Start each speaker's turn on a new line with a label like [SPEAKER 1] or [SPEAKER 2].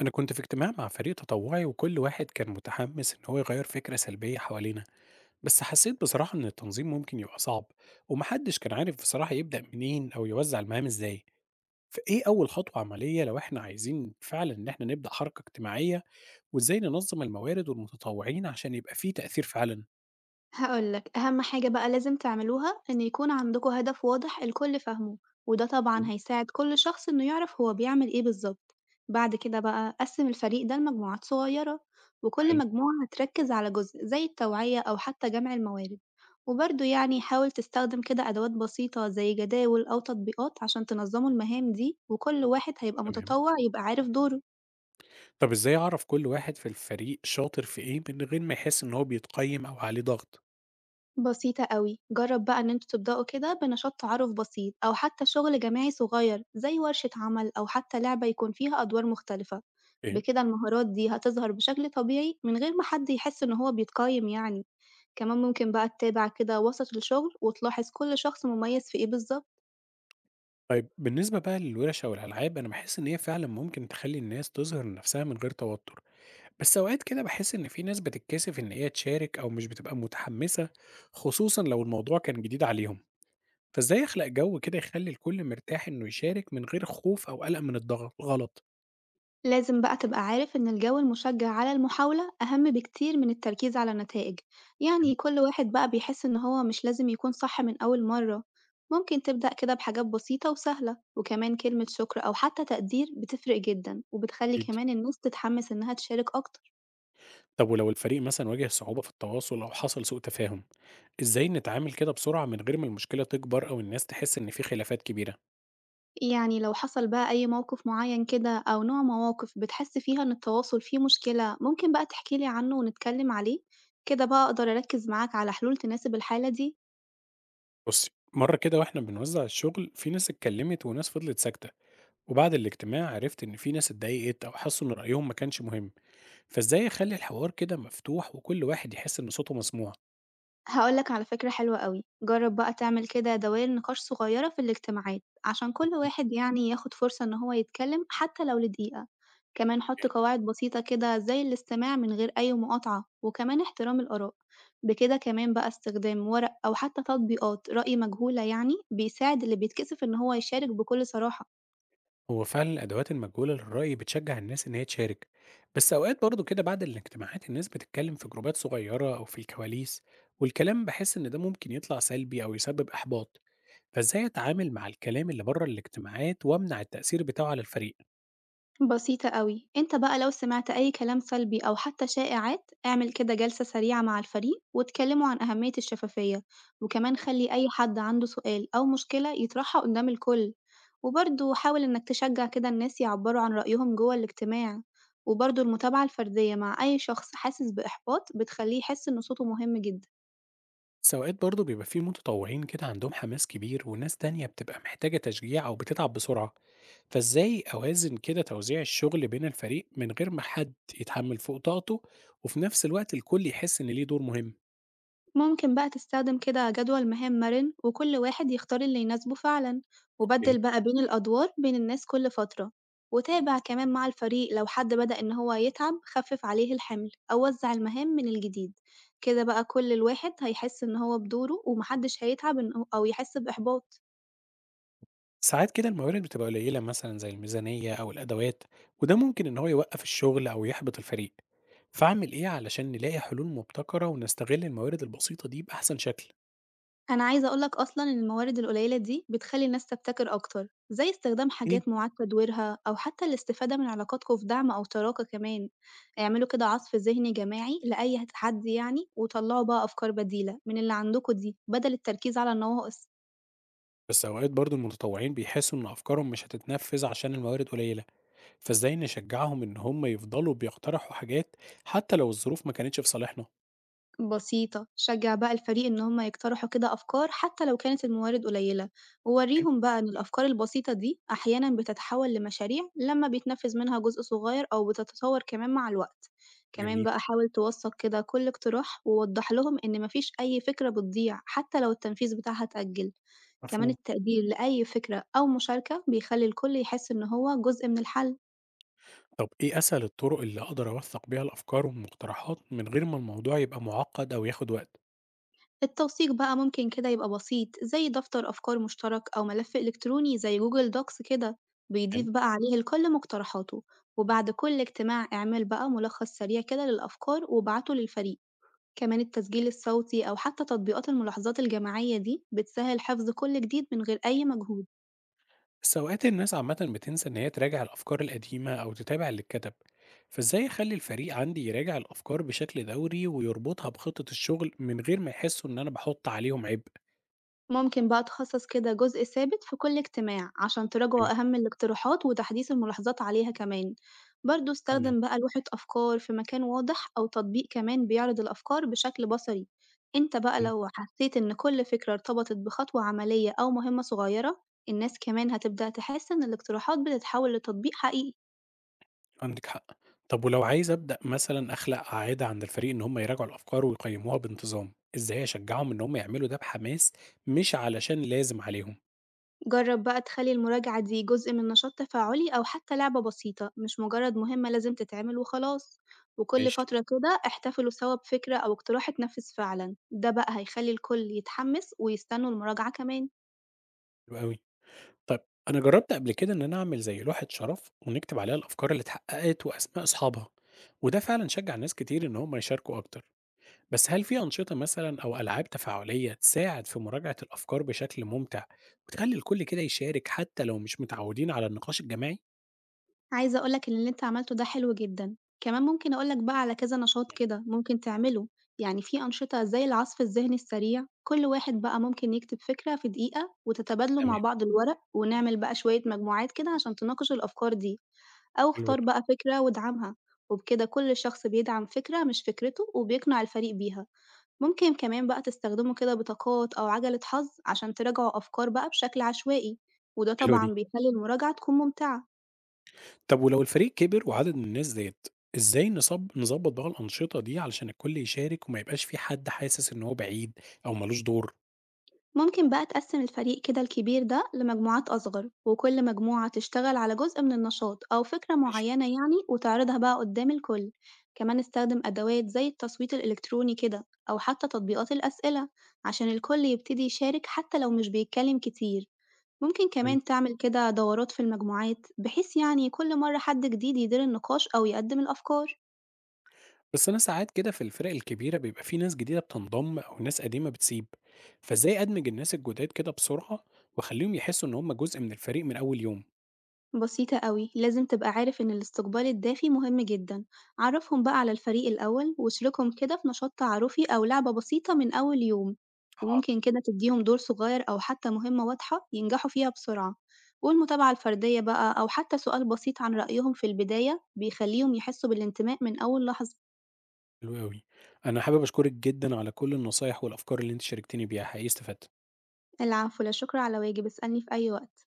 [SPEAKER 1] أنا كنت في اجتماع مع فريق تطوعي، وكل واحد كان متحمس إن هو يغير فكرة سلبية حوالينا. بس حسيت بصراحة إن التنظيم ممكن يبقى صعب، ومحدش كان عارف بصراحة يبدأ منين أو يوزع المهام إزاي. فإيه أول خطوة عملية لو إحنا عايزين فعلا إن إحنا نبدأ حركة اجتماعية؟ وإزاي ننظم الموارد والمتطوعين عشان يبقى فيه تأثير فعلا؟
[SPEAKER 2] هاقول لك، أهم حاجة بقى لازم تعملوها إن يكون عندكم هدف واضح الكل فاهمه، وده طبعًا
[SPEAKER 1] مم،
[SPEAKER 2] هيساعد كل شخص إنه يعرف هو بيعمل إيه بالضبط. بعد كده بقى قسِّم الفريق ده لمجموعات صغيرة، وكل
[SPEAKER 1] حلو.
[SPEAKER 2] مجموعة هتركز على جزء زي التوعية أو حتى جمع الموارد، وبرضه حاول تستخدم كده أدوات بسيطة زي جداول أو تطبيقات عشان تنظموا المهام دي، وكل واحد هيبقى
[SPEAKER 1] تمام.
[SPEAKER 2] متطوع يبقى عارف دوره.
[SPEAKER 1] طب إزاي أعرف كل واحد في الفريق شاطر في إيه من غير ما يحس إن هو بيتقيم أو عليه ضغط؟
[SPEAKER 2] بسيطة أوي، جرب بقى إن انتوا تبدأوا كده بنشاط تعارف بسيط أو حتى شغل جماعي صغير زي ورشة عمل أو حتى لعبة يكون فيها أدوار مختلفة، بكده المهارات دي هتظهر بشكل طبيعي من غير ما حد يحس إن هو بيتقيم، كمان ممكن بقى تتابع كده وسط الشغل وتلاحظ كل شخص مميز في إيه بالظبط.
[SPEAKER 1] طيب بالنسبة بقى للورش أو الألعاب، أنا باحس إن هي فعلًا ممكن تخلّي الناس تظهر نفسها من غير توتر، بس أوقات كده باحس إن في ناس بتتكسف إن هي تشارك أو مش بتبقى متحمسة، خصوصًا لو الموضوع كان جديد عليهم، فإزاي أخلق جو كده يخلّي الكل مرتاح إنه يشارك من غير خوف أو قلق من الضغط غلط؟
[SPEAKER 2] لازم بقى تبقى عارف إن الجو المشجع على المحاولة أهم بكتير من التركيز على النتائج، يعني كل واحد بقى بيحس إن هو مش لازم يكون صح من أول مرة، ممكن تبدأ كده بحاجات بسيطة وسهلة، وكمان كلمة شكر أو حتى تقدير بتفرق جدا وبتخلي
[SPEAKER 1] أكيد.
[SPEAKER 2] كمان الناس تتحمس إنها تشارك أكتر.
[SPEAKER 1] طب ولو الفريق مثلًا واجه صعوبة في التواصل أو حصل سوء تفاهم، إزاي نتعامل كده بسرعة من غير ما المشكلة تكبر أو الناس تحس إن في خلافات كبيرة؟
[SPEAKER 2] يعني لو حصل بقى أي موقف معين كده أو نوع مواقف بتحس فيها إن التواصل فيه مشكلة ممكن بقى تحكيلي عنه ونتكلم عليه، كده بقى أقدر أركز معاك على حلول تناسب الحالة دي.
[SPEAKER 1] بُصّي، مرّة كده وإحنا بنوزّع الشغل، في ناس اتكلّمت وناس فضلت ساكتة، وبعد الاجتماع عرفت إن في ناس اتضايقت أو حسّوا إن رأيهم ما كانش مهم، فإزاي أخلّي الحوار كده مفتوح وكل واحد يحس إن صوته مسموع؟
[SPEAKER 2] هاقول لك على فكرة حلوة أوي، جرّب بقى تعمل كده دوائر نقاش صغيرة في الاجتماعات، عشان كل
[SPEAKER 1] اهم.
[SPEAKER 2] واحد ياخد فرصة إن هو يتكلم حتى لو لدقيقة، كمان حُط
[SPEAKER 1] يعني
[SPEAKER 2] قواعد بسيطة كده زي الاستماع من غير أي مقاطعة، وكمان احترام الآراء. بكده كمان بقى استخدام ورق أو حتى تطبيقات رأي مجهولة بيساعد اللي بيتكسف إن هو يشارك بكل صراحة.
[SPEAKER 1] هو فعلًا الأدوات المجهولة للرأي بتشجّع الناس إن هي تشارك، بس أوقات برضه كده بعد الاجتماعات الناس بتتكلّم في جروبات صغيّرة أو في الكواليس، والكلام باحس إن ده ممكن يطلع سلبي أو يسبب إحباط، فإزاي أتعامل مع الكلام اللي برّه الاجتماعات وأمنع التأثير بتاعه على الفريق؟
[SPEAKER 2] بسيطة أوي، أنت بقى لو سمعت أي كلام سلبي أو حتى شائعات اعمل كده جلسة سريعة مع الفريق واتكلموا عن أهمية الشفافية، وكمان خلي أي حد عنده سؤال أو مشكلة يطرحها قدام الكل، وبرضه حاول إنك تشجع كده الناس يعبروا عن رأيهم جوه الاجتماع، وبرضه المتابعة الفردية مع أي شخص حاسس بإحباط بتخليه يحس إن صوته مهم جدا.
[SPEAKER 1] ساوقات برضه بيبقى في متطوعين كده عندهم حماس كبير وناس تانية بتبقى محتاجة تشجيع أو بتتعب بسرعة، فإزاي أوازن كده توزيع الشغل بين الفريق من غير ما حد يتحمل فوق طاقته، وفي نفس الوقت الكل يحس إن ليه دور مهم؟
[SPEAKER 2] ممكن بقى تستخدم كده جدول مهام مرن وكل واحد يختار اللي يناسبه فعلا،
[SPEAKER 1] اوكي.
[SPEAKER 2] وبدل بقى بين الأدوار بين الناس كل فترة، وتابع كمان مع الفريق لو حد بدأ إن هو يتعب خفف عليه الحمل أو وزع المهام من الجديد. كده بقى كل الواحد هيحس إن هو بدوره ومحدش هيتعب أو يحس بإحباط.
[SPEAKER 1] ساعات كده الموارد بتبقى قليلة، مثلا زي الميزانية أو الأدوات، وده ممكن إن هو يوقف الشغل أو يحبط الفريق، فأعمل إيه علشان نلاقي حلول مبتكرة ونستغل الموارد البسيطة دي بأحسن شكل؟
[SPEAKER 2] أنا عايزة أقول لك أصلًا إن الموارد القليلة دي بتخلّي الناس تبتكر أكتر، زي استخدام
[SPEAKER 1] ايه.
[SPEAKER 2] حاجات مُعاد تدويرها أو حتى الاستفادة من علاقاتكم في دعم أو شراكة كمان. اعملوا كده عصف ذهني جماعي لأي تحدي، وطلّعوا بقى أفكار بديلة من اللي عندكم دي بدل التركيز على النواقص.
[SPEAKER 1] بس أوقات برضه المتطوعين بيحسوا إن أفكارهم مش هتتنفذ عشان الموارد قليلة، فازاي نشجعهم إن هم يفضلوا بيقترحوا حاجات، حتى لو الظروف ما كانتش في صالحنا؟
[SPEAKER 2] بسيطة، شجّع بقى الفريق إن هُم يقترحوا كده أفكار حتى لو كانت الموارد قليلة،
[SPEAKER 1] إمم.
[SPEAKER 2] وورّيهم بقى إن الأفكار البسيطة دي أحيانًا بتتحول لمشاريع لمّا بيتنفّذ منها جزء صغير أو بتتطور كمان مع الوقت. كمان
[SPEAKER 1] جميل،
[SPEAKER 2] بقى حاول توثّق كده كل اقتراح ووضّح لهم إن ما فيش أي فكرة بتضيع حتى لو التنفيذ بتاعها اتأجّل. كمان
[SPEAKER 1] مفهوم.
[SPEAKER 2] التقدير لأي فكرة أو مشاركة بيخلّي الكل يحس إن هو جزء من الحل.
[SPEAKER 1] طب إيه أسهل الطرق اللي أقدر أوثّق بيها الأفكار والمقترحات من غير ما الموضوع يبقى معقّد أو ياخد وقت؟
[SPEAKER 2] التوثيق بقى ممكن كده يبقى بسيط زي دفتر أفكار مشترك أو ملف إلكتروني زي جوجل دوكس كده
[SPEAKER 1] تمام.
[SPEAKER 2] بيضيف بقى عليه الكل مقترحاته. وبعد كل اجتماع اعمل بقى ملخص سريع كده للأفكار وابعته للفريق. كمان التسجيل الصوتي أو حتى تطبيقات الملاحظات الجماعية دي بتسهل حفظ كل جديد من غير أي مجهود.
[SPEAKER 1] بس أوقات الناس عامةً بتنسى إن هي تراجع الأفكار القديمة أو تتابع اللي اتكتب، فازاي أخلّي الفريق عندي يراجع الأفكار بشكل دوري ويربطها بخطة الشغل من غير ما يحسوا إن أنا باحُط عليهم عبء؟
[SPEAKER 2] ممكن بقى تخصص كده جزء ثابت في كل اجتماع عشان
[SPEAKER 1] إمم،
[SPEAKER 2] تراجعوا أهم الاقتراحات وتحديث الملاحظات عليها كمان. برضه
[SPEAKER 1] تمام.
[SPEAKER 2] استخدم بقى لوحة أفكار في مكان واضح أو تطبيق كمان بيعرض الأفكار بشكل بصري. انت بقى
[SPEAKER 1] حلو.
[SPEAKER 2] لو حسيت إن كل فكرة ارتبطت بخطوة عملية أو مهمة صغيرة، الناس كمان هتبدأ تحس إن الاقتراحات بتتحول لتطبيق حقيقي.
[SPEAKER 1] عندِك حق. طب ولو عايز أبدأ مثلًا أخلق عادة عند الفريق إن هم يراجعوا الأفكار ويقيّموها بانتظام، إزاي أشجعهم إن هم يعملوا ده بحماس مش علشان لازم عليهم؟
[SPEAKER 2] جرب بقى تخلي المراجعة دي جزء من نشاط تفاعلي أو حتى لعبة بسيطة مش مجرد مهمة لازم تتعمل وخلاص. وكل
[SPEAKER 1] ماشي.
[SPEAKER 2] فترة كده احتفلوا سوا بفكرة أو اقتراح اتنفذ فعلا، ده بقى هيخلي الكل يتحمس ويستنوا المراجعة كمان.
[SPEAKER 1] حلو أوي. طيب، أنا جرّبت قبل كده إن أنا أعمل زي لوحة شرف ونكتب عليها الأفكار اللي اتحققت وأسماء أصحابها، وده فعلًا شجّع ناس كتير إن هم يشاركوا أكتر. بس هل في أنشطة مثلًا أو ألعاب تفاعلية تساعد في مراجعة الأفكار بشكل ممتع وتخلّي الكل كده يشارك حتى لو مش متعودين على النقاش الجماعي؟
[SPEAKER 2] عايزة أقول لك إن اللي أنت عملته ده حلو جدًا، كمان ممكن أقول لك بقى على كذا نشاط كده ممكن تعمله. في أنشطة زي العصف الذهني السريع، كل واحد بقى ممكن يكتب فكرة في دقيقة وتتبادلوا
[SPEAKER 1] تمام،
[SPEAKER 2] مع بعض الورق، ونعمل بقى شوية مجموعات كده عشان تناقش الأفكار دي، أو
[SPEAKER 1] حلو
[SPEAKER 2] اختار
[SPEAKER 1] ده،
[SPEAKER 2] بقى فكرة وادعمها، وبكده كل شخص بيدعم فكرة مش فكرته وبيقنع الفريق بيها. ممكن كمان بقى تستخدموا كده بطاقات أو عجلة حظ عشان تراجعوا أفكار بقى بشكل عشوائي، وده
[SPEAKER 1] حلوة
[SPEAKER 2] طبعًا
[SPEAKER 1] دي.
[SPEAKER 2] بيخلي المراجعة تكون ممتعة.
[SPEAKER 1] طب ولو الفريق كبر وعدد من الناس زاد، ازاي نظبط بقى الأنشطة دي علشان الكل يشارك وما يبقاش في حد حاسس ان هو بعيد او ملوش دور؟
[SPEAKER 2] ممكن بقى تقسم الفريق كده الكبير ده لمجموعات أصغر وكل مجموعة تشتغل على جزء من النشاط أو فكرة
[SPEAKER 1] ماشي.
[SPEAKER 2] معينة وتعرضها بقى قدام الكل. كمان استخدم أدوات زي التصويت الإلكتروني كده أو حتى تطبيقات الأسئلة عشان الكل يبتدي يشارك حتى لو مش بيتكلم كتير. ممكن
[SPEAKER 1] حلو.
[SPEAKER 2] كمان تعمل كده دورات في المجموعات بحيث كل مرة حد جديد يدير النقاش أو يقدم الأفكار.
[SPEAKER 1] بس انا ساعات كده في الفرق الكبيرة بيبقى في ناس جديدة بتنضم او ناس قديمة بتسيب، فازاي ادمج الناس الجداد كده بسرعة واخليهم يحسوا ان هم جزء من الفريق من اول يوم؟
[SPEAKER 2] بسيطة أوي، لازم تبقى عارف إن الاستقبال الدافي مهم جدًا، عرفهم بقى على الفريق الأول واشركهم كده في نشاط تعارفي أو لعبة بسيطة من أول يوم،
[SPEAKER 1] حاضر.
[SPEAKER 2] وممكن كده تديهم دور صغير أو حتى مهمة واضحة ينجحوا فيها بسرعة، والمتابعة الفردية بقى أو حتى سؤال بسيط عن رأيهم في البداية بيخليهم يحسوا بالانتماء من أول لحظة.
[SPEAKER 1] حلو قوي. انا حابب اشكرك جدا على كل النصايح والافكار اللي انت شاركتني بيها، حقيقي استفدت.
[SPEAKER 2] العفو، لا شكر على واجب، اسألني في أي وقت.